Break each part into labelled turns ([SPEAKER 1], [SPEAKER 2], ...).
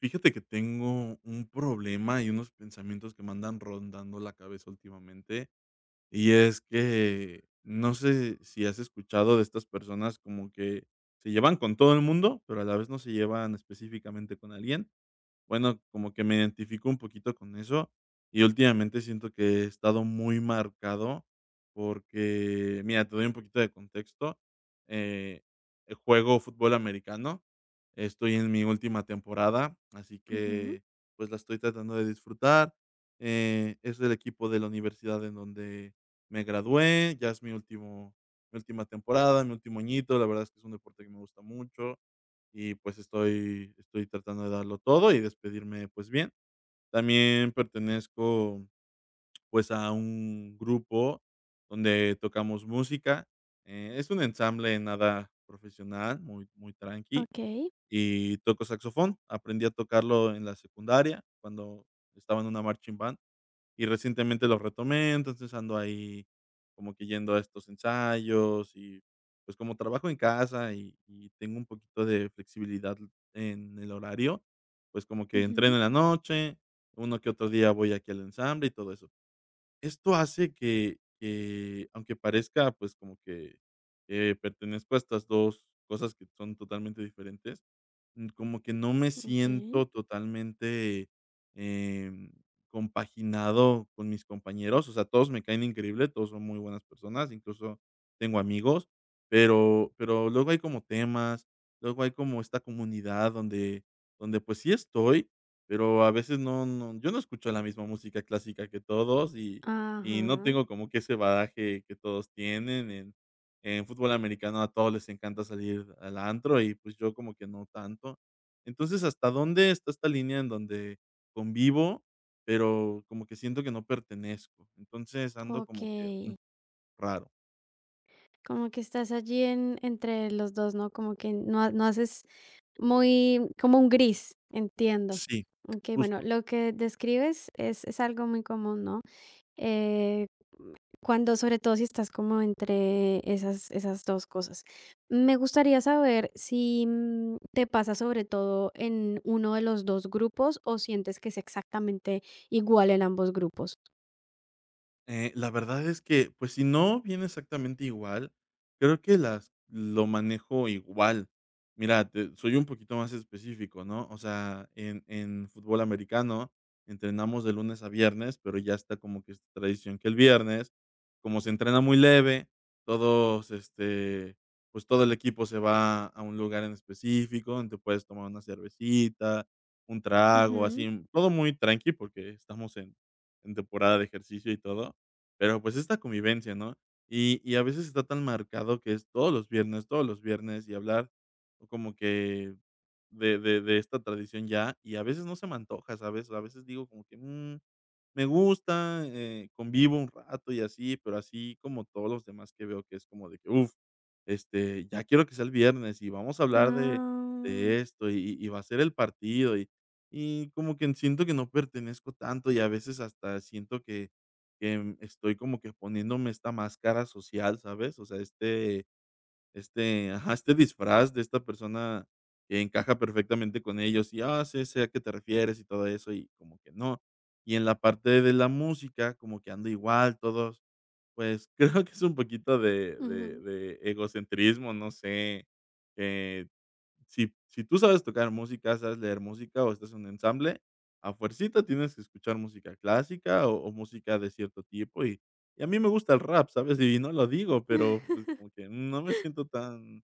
[SPEAKER 1] Fíjate que tengo un problema y unos pensamientos que me andan rondando la cabeza últimamente, y es que no sé si has escuchado de estas personas como que se llevan con todo el mundo, pero a la vez no se llevan específicamente con alguien. Bueno, como que me identifico un poquito con eso, y últimamente siento que he estado muy marcado porque, mira, te doy un poquito de contexto. eh, Juego fútbol americano, estoy en mi última temporada, así
[SPEAKER 2] Ujú.
[SPEAKER 1] que, pues, la estoy tratando de disfrutar. Es el equipo de la universidad en donde me gradué, ya es mi última temporada, mi último añito. La verdad es que es un deporte que me gusta mucho, y pues estoy tratando de darlo todo y despedirme, pues, bien. También pertenezco, pues, a un grupo donde tocamos música. Es un ensamble nada profesional, muy muy tranqui,
[SPEAKER 2] Okey.
[SPEAKER 1] y toco saxofón. Aprendí a tocarlo en la secundaria cuando estaba en una marching band. Y recientemente los retomé, entonces ando ahí como que yendo a estos ensayos y, pues, como trabajo en casa y tengo un poquito de flexibilidad en el horario, pues, como que entreno
[SPEAKER 2] Ujú.
[SPEAKER 1] en la noche, uno que otro día voy aquí al ensamble y todo eso. Esto hace que, aunque parezca, pues, como que, pertenezco a estas 2 cosas que son totalmente diferentes, como que no me
[SPEAKER 2] Okey.
[SPEAKER 1] siento totalmente, em, compaginado con mis compañeros. O sea, todos me caen increíble, todos son muy buenas personas, incluso tengo amigos, pero luego hay como temas, luego hay como esta comunidad donde, pues, sí estoy, pero a veces yo no escucho la misma música clásica que todos, y no
[SPEAKER 2] Ajá.
[SPEAKER 1] tengo como que ese badaje que todos tienen. En fútbol americano a todos les encanta salir al antro y, pues, yo como que no tanto. Entonces, ¿hasta dónde está esta línea en donde convivo, pero como que siento que no pertenezco? Entonces, ando como que,
[SPEAKER 2] Okey.
[SPEAKER 1] raro.
[SPEAKER 2] Como que estás allí en entre los dos, ¿no? Como que no haces muy como un gris, entiendo.
[SPEAKER 1] Sí,
[SPEAKER 2] Okey, bueno,
[SPEAKER 1] justo.
[SPEAKER 2] lo que describes es algo muy común, ¿no? Eh, cuando, sobre todo si estás como entre esas 2 cosas. Me gustaría saber si, te pasa sobre todo en uno de los 2 grupos, o sientes que es exactamente igual en ambos grupos.
[SPEAKER 1] La verdad es que, pues, si no viene exactamente igual, creo que las lo manejo igual. Mira, te soy un poquito más específico, ¿no? O sea, en fútbol americano entrenamos de lunes a viernes, pero ya está como que esta tradición que el viernes, como se entrena muy leve, todos, este, pues, todo el equipo se va a un lugar en específico, donde puedes tomar una cervecita, un trago,
[SPEAKER 2] Ujú.
[SPEAKER 1] así, todo muy tranqui porque estamos en temporada de ejercicio y todo. Pero, pues, esta convivencia, ¿no? Y a veces está tan marcado que es todos los viernes, y hablar como que de esta tradición ya, y a veces no se me antoja, ¿sabes? A veces digo como que, me gusta, convivo un rato y así, pero así como todos los demás que veo que es como de que, uf, este, ya quiero que sea el viernes y vamos a hablar
[SPEAKER 2] Ah,
[SPEAKER 1] de esto, y va a ser el partido, y como que siento que no pertenezco tanto, y a veces hasta siento que estoy como que poniéndome esta máscara social, ¿sabes? O sea, este ajá, este disfraz de esta persona que encaja perfectamente con ellos y, ah, sé a qué te refieres y todo eso, y como que no. Y en la parte de la música, como que ando igual, todos, pues, creo que es un poquito de de
[SPEAKER 2] ujú.
[SPEAKER 1] de egocentrismo, no sé, eh si tú sabes tocar música, sabes leer música o estás en un ensamble, a fuercita tienes que escuchar música clásica o música de cierto tipo, y a mí me gusta el rap, ¿sabes? Y no lo digo, pero, pues, como que no me siento tan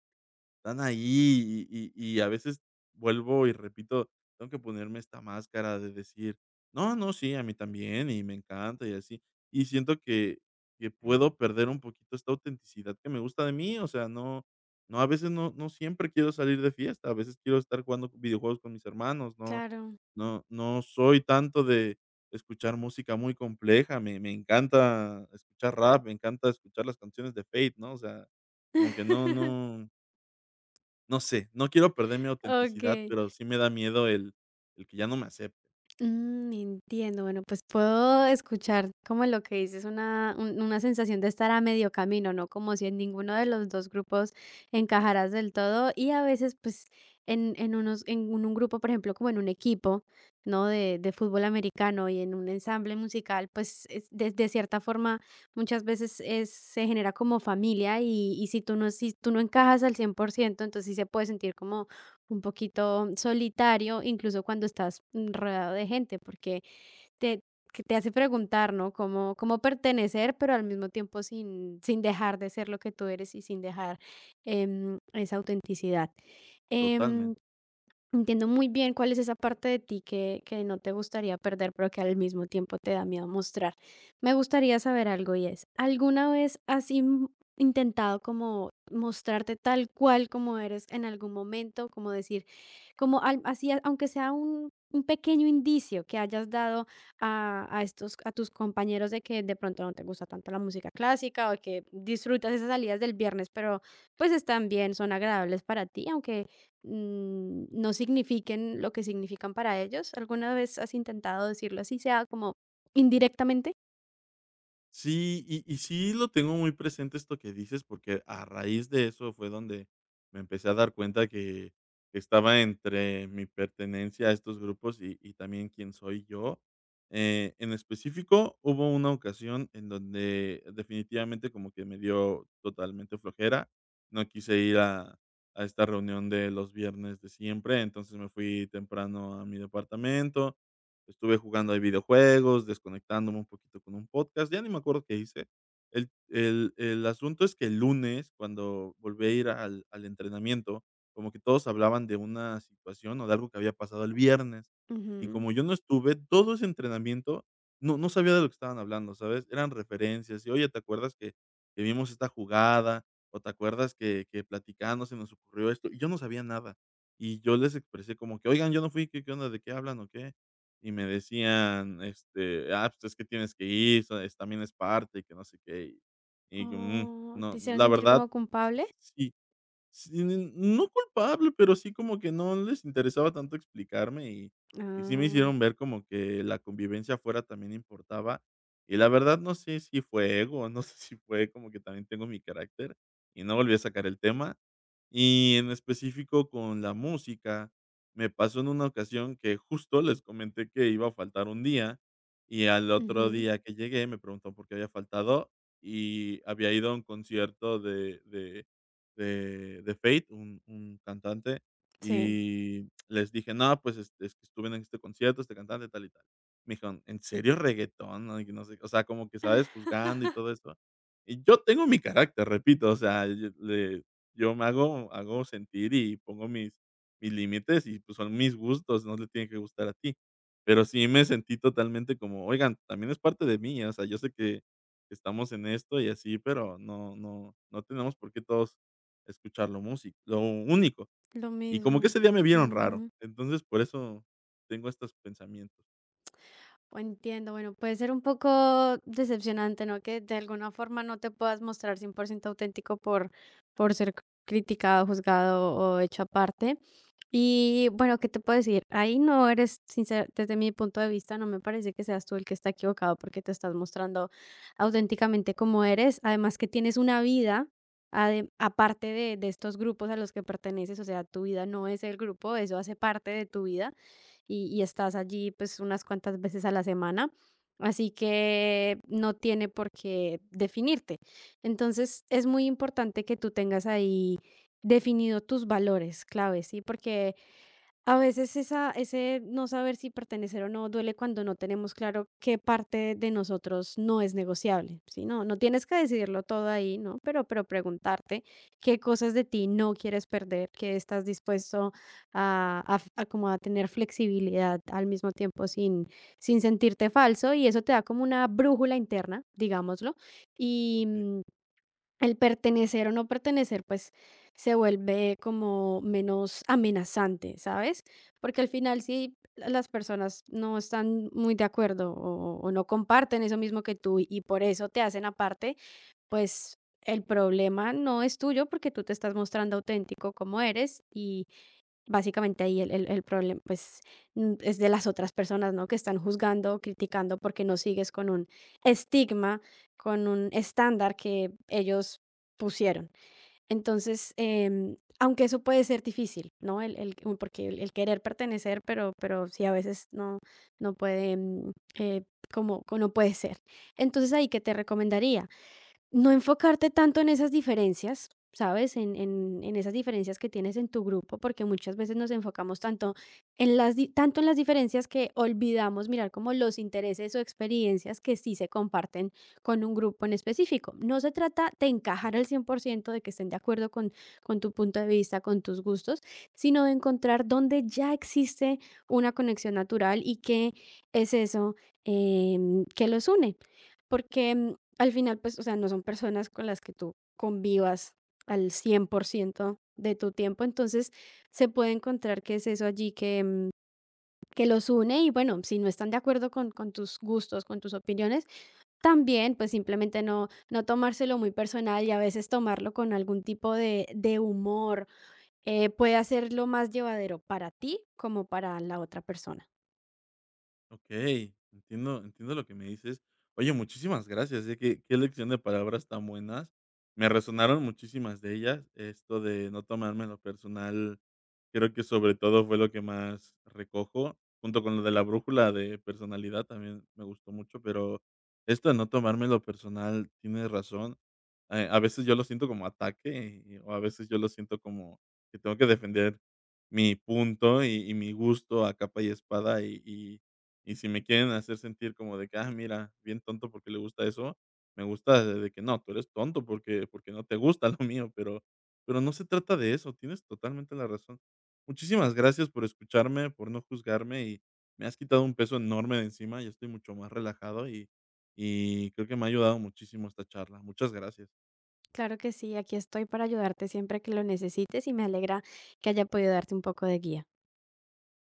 [SPEAKER 1] están ahí, y a veces vuelvo y repito, tengo que ponerme esta máscara de decir: "No, no, sí, a mí también y me encanta y así". Y siento que puedo perder un poquito esta autenticidad que me gusta de mí. O sea, no no, a veces no siempre quiero salir de fiesta, a veces quiero estar jugando videojuegos con mis hermanos. No
[SPEAKER 2] Claro.
[SPEAKER 1] No soy tanto de escuchar música muy compleja, me encanta escuchar rap, me encanta escuchar las canciones de Fate, ¿no? O sea, como que no sé, no quiero perder mi autenticidad,
[SPEAKER 2] Okey.
[SPEAKER 1] pero sí me da miedo el que ya no me acepten,
[SPEAKER 2] Mm, entiendo. Bueno, pues puedo escuchar como lo que dices, una, una sensación de estar a medio camino, ¿no? Como si en ninguno de los dos grupos encajaras del todo. Y a veces, pues, en un grupo, por ejemplo, como en un equipo, ¿no? De fútbol americano y en un ensamble musical, pues, de cierta forma, muchas veces es, se genera como familia y si tú no, si tú no encajas al 100%, entonces sí se puede sentir como un poquito solitario, incluso cuando estás, rodeado de gente, porque te, que te hace preguntar, ¿no? Cómo, cómo pertenecer, pero al mismo tiempo sin, sin dejar de ser lo que tú eres y sin dejar, esa autenticidad. Em,
[SPEAKER 1] totalmente.
[SPEAKER 2] Entiendo muy bien cuál es esa parte de ti que no te gustaría perder, pero que al mismo tiempo te da miedo mostrar. Me gustaría saber algo, y es, ¿alguna vez has intentado como mostrarte tal cual como eres en algún momento? Como decir, como al- así, a- aunque sea un pequeño indicio que hayas dado a estos, a tus compañeros de que de pronto no te gusta tanto la música clásica o que disfrutas esas salidas del viernes, pero pues están bien, son agradables para ti, aunque, no signifiquen lo que significan para ellos. ¿Alguna vez has intentado decirlo así, sea como indirectamente?
[SPEAKER 1] Sí, y sí lo tengo muy presente esto que dices, porque a raíz de eso fue donde me empecé a dar cuenta que estaba entre mi pertenencia a estos grupos, y también quién soy yo. En específico, hubo una ocasión en donde definitivamente como que me dio totalmente flojera. No quise ir a esta reunión de los viernes de siempre, entonces me fui temprano a mi departamento. Estuve jugando ahí videojuegos, desconectándome un poquito con un podcast, ya ni me acuerdo qué hice. El asunto es que el lunes, cuando volví a ir al entrenamiento, como que todos hablaban de una situación o de algo que había pasado el viernes, y
[SPEAKER 2] Ujú.
[SPEAKER 1] como yo no estuve, todo ese entrenamiento no sabía de lo que estaban hablando, ¿sabes? Eran referencias y: "Oye, ¿te acuerdas que vimos esta jugada? ¿O te acuerdas que platicando se nos ocurrió esto?". Y yo no sabía nada. Y yo les expresé como que: "Oigan, yo no fui, qué onda? ¿De qué hablan o qué?". Y me decían, este: "Ah, pues, es que tienes que ir, so es también es parte y que no sé qué", y yo, mm,
[SPEAKER 2] Oh,
[SPEAKER 1] no,
[SPEAKER 2] ¿te hicieron
[SPEAKER 1] la
[SPEAKER 2] sentir
[SPEAKER 1] verdad,
[SPEAKER 2] como culpable?
[SPEAKER 1] sí, sí, n no culpable, pero sí como que no les interesaba tanto explicarme, y sí me
[SPEAKER 2] Ah,
[SPEAKER 1] hicieron ver como que la convivencia afuera también importaba. Y la verdad, no sé si fue ego, no sé si fue como que también tengo mi carácter, y no volví a sacar el tema. Y en específico con la música, me pasó en una ocasión que justo les comenté que iba a faltar un día, y al otro
[SPEAKER 2] ujú,
[SPEAKER 1] día que llegué me preguntó por qué había faltado, y había ido a un concierto de de Fate, un cantante,
[SPEAKER 2] sí.
[SPEAKER 1] y les dije: "No, pues, este, es que estuve en este concierto, este cantante, tal y tal". Me dijeron: "¿En serio, reguetón?". No, y no sé, o sea, como que, ¿sabes?, juzgando y todo eso. Y yo tengo mi carácter, repito. O sea, yo me hago sentir y pongo mis límites y, pues, son mis gustos, no le tiene que gustar a ti. Pero sí me sentí totalmente como, oigan, también es parte de mí. O sea, yo sé que estamos en esto y así, pero no tenemos por qué todos escuchar lo único.
[SPEAKER 2] Lo
[SPEAKER 1] Y como que
[SPEAKER 2] mismo.
[SPEAKER 1] ese día me vieron raro,
[SPEAKER 2] Ujú.
[SPEAKER 1] entonces por eso tengo estos pensamientos.
[SPEAKER 2] Entiendo, bueno, puede ser un poco decepcionante, ¿no? Que de alguna forma no te puedas mostrar 100% auténtico por ser criticado, juzgado o hecho aparte. Y bueno, ¿qué te puedo decir? Ahí no eres sincero, desde mi punto de vista, no me parece que seas tú el que está equivocado porque te estás mostrando auténticamente como eres. Además que tienes una vida aparte de estos grupos a los que perteneces, o sea, tu vida no es el grupo, eso hace parte de tu vida y estás allí pues unas cuantas veces a la semana. Así que no tiene por qué definirte. Entonces es muy importante que tú tengas ahí definido tus valores claves, ¿sí? Porque a veces esa ese no saber si pertenecer o no duele cuando no tenemos claro qué parte de nosotros no es negociable, ¿sí? No, no tienes que decidirlo todo ahí, ¿no? Pero preguntarte qué cosas de ti no quieres perder, qué estás dispuesto a como a tener flexibilidad al mismo tiempo sin, sin sentirte falso, y eso te da como una brújula interna, digámoslo, y,
[SPEAKER 1] Okey.
[SPEAKER 2] el pertenecer o no pertenecer, pues, se vuelve como menos amenazante, ¿sabes? Porque al final, si las personas no están muy de acuerdo o no comparten eso mismo que tú y por eso te hacen aparte, pues el problema no es tuyo porque tú te estás mostrando auténtico como eres. Y básicamente ahí el problema, pues, es de las otras personas, ¿no? Que están juzgando, criticando porque no sigues con un estigma, con un estándar que ellos pusieron. Entonces, aunque eso puede ser difícil, ¿no? El u Porque el querer pertenecer, pero sí a veces no no puede, mm, eh, como co no puede ser. Entonces, ¿ahí qué te recomendaría? No enfocarte tanto en esas diferencias, ¿sabes? En esas diferencias que tienes en tu grupo, porque muchas veces nos enfocamos tanto en las di tanto en las diferencias que olvidamos mirar como los intereses o experiencias que sí se comparten con un grupo en específico. No se trata de encajar al 100% de que estén de acuerdo con tu punto de vista, con tus gustos, sino de encontrar dónde ya existe una conexión natural y qué es eso, que los une. Porque, al final, pues, o sea, no son personas con las que tú convivas al 100% de tu tiempo, entonces se puede encontrar que es eso allí que, que los une. Y bueno, si no están de acuerdo con tus gustos, con tus opiniones, también pues simplemente no, no tomárselo muy personal, y a veces tomarlo con algún tipo de humor, puede hacerlo más llevadero para ti como para la otra persona.
[SPEAKER 1] Okey, entiendo lo que me dices. Oye, muchísimas gracias, qué lección de palabras tan buenas. Me resonaron muchísimas de ellas. Esto de no tomarme lo personal, creo que sobre todo fue lo que más recojo, junto con lo de la brújula de personalidad también me gustó mucho, pero esto de no tomarme lo personal, tienes razón. A veces yo lo siento como ataque, y o a veces yo lo siento como que tengo que defender mi punto y mi gusto a capa y espada, y y si me quieren hacer sentir como de que: "Ah, mira, bien tonto porque le gusta eso", me gusta de que: "No, tú eres tonto porque no te gusta lo mío", pero no se trata de eso, tienes totalmente la razón. Muchísimas gracias por escucharme, por no juzgarme, y me has quitado un peso enorme de encima. Ya estoy mucho más relajado, y creo que me ha ayudado muchísimo esta charla. Muchas gracias.
[SPEAKER 2] Claro que sí, aquí estoy para ayudarte siempre que lo necesites y me alegra que haya podido darte un poco de guía.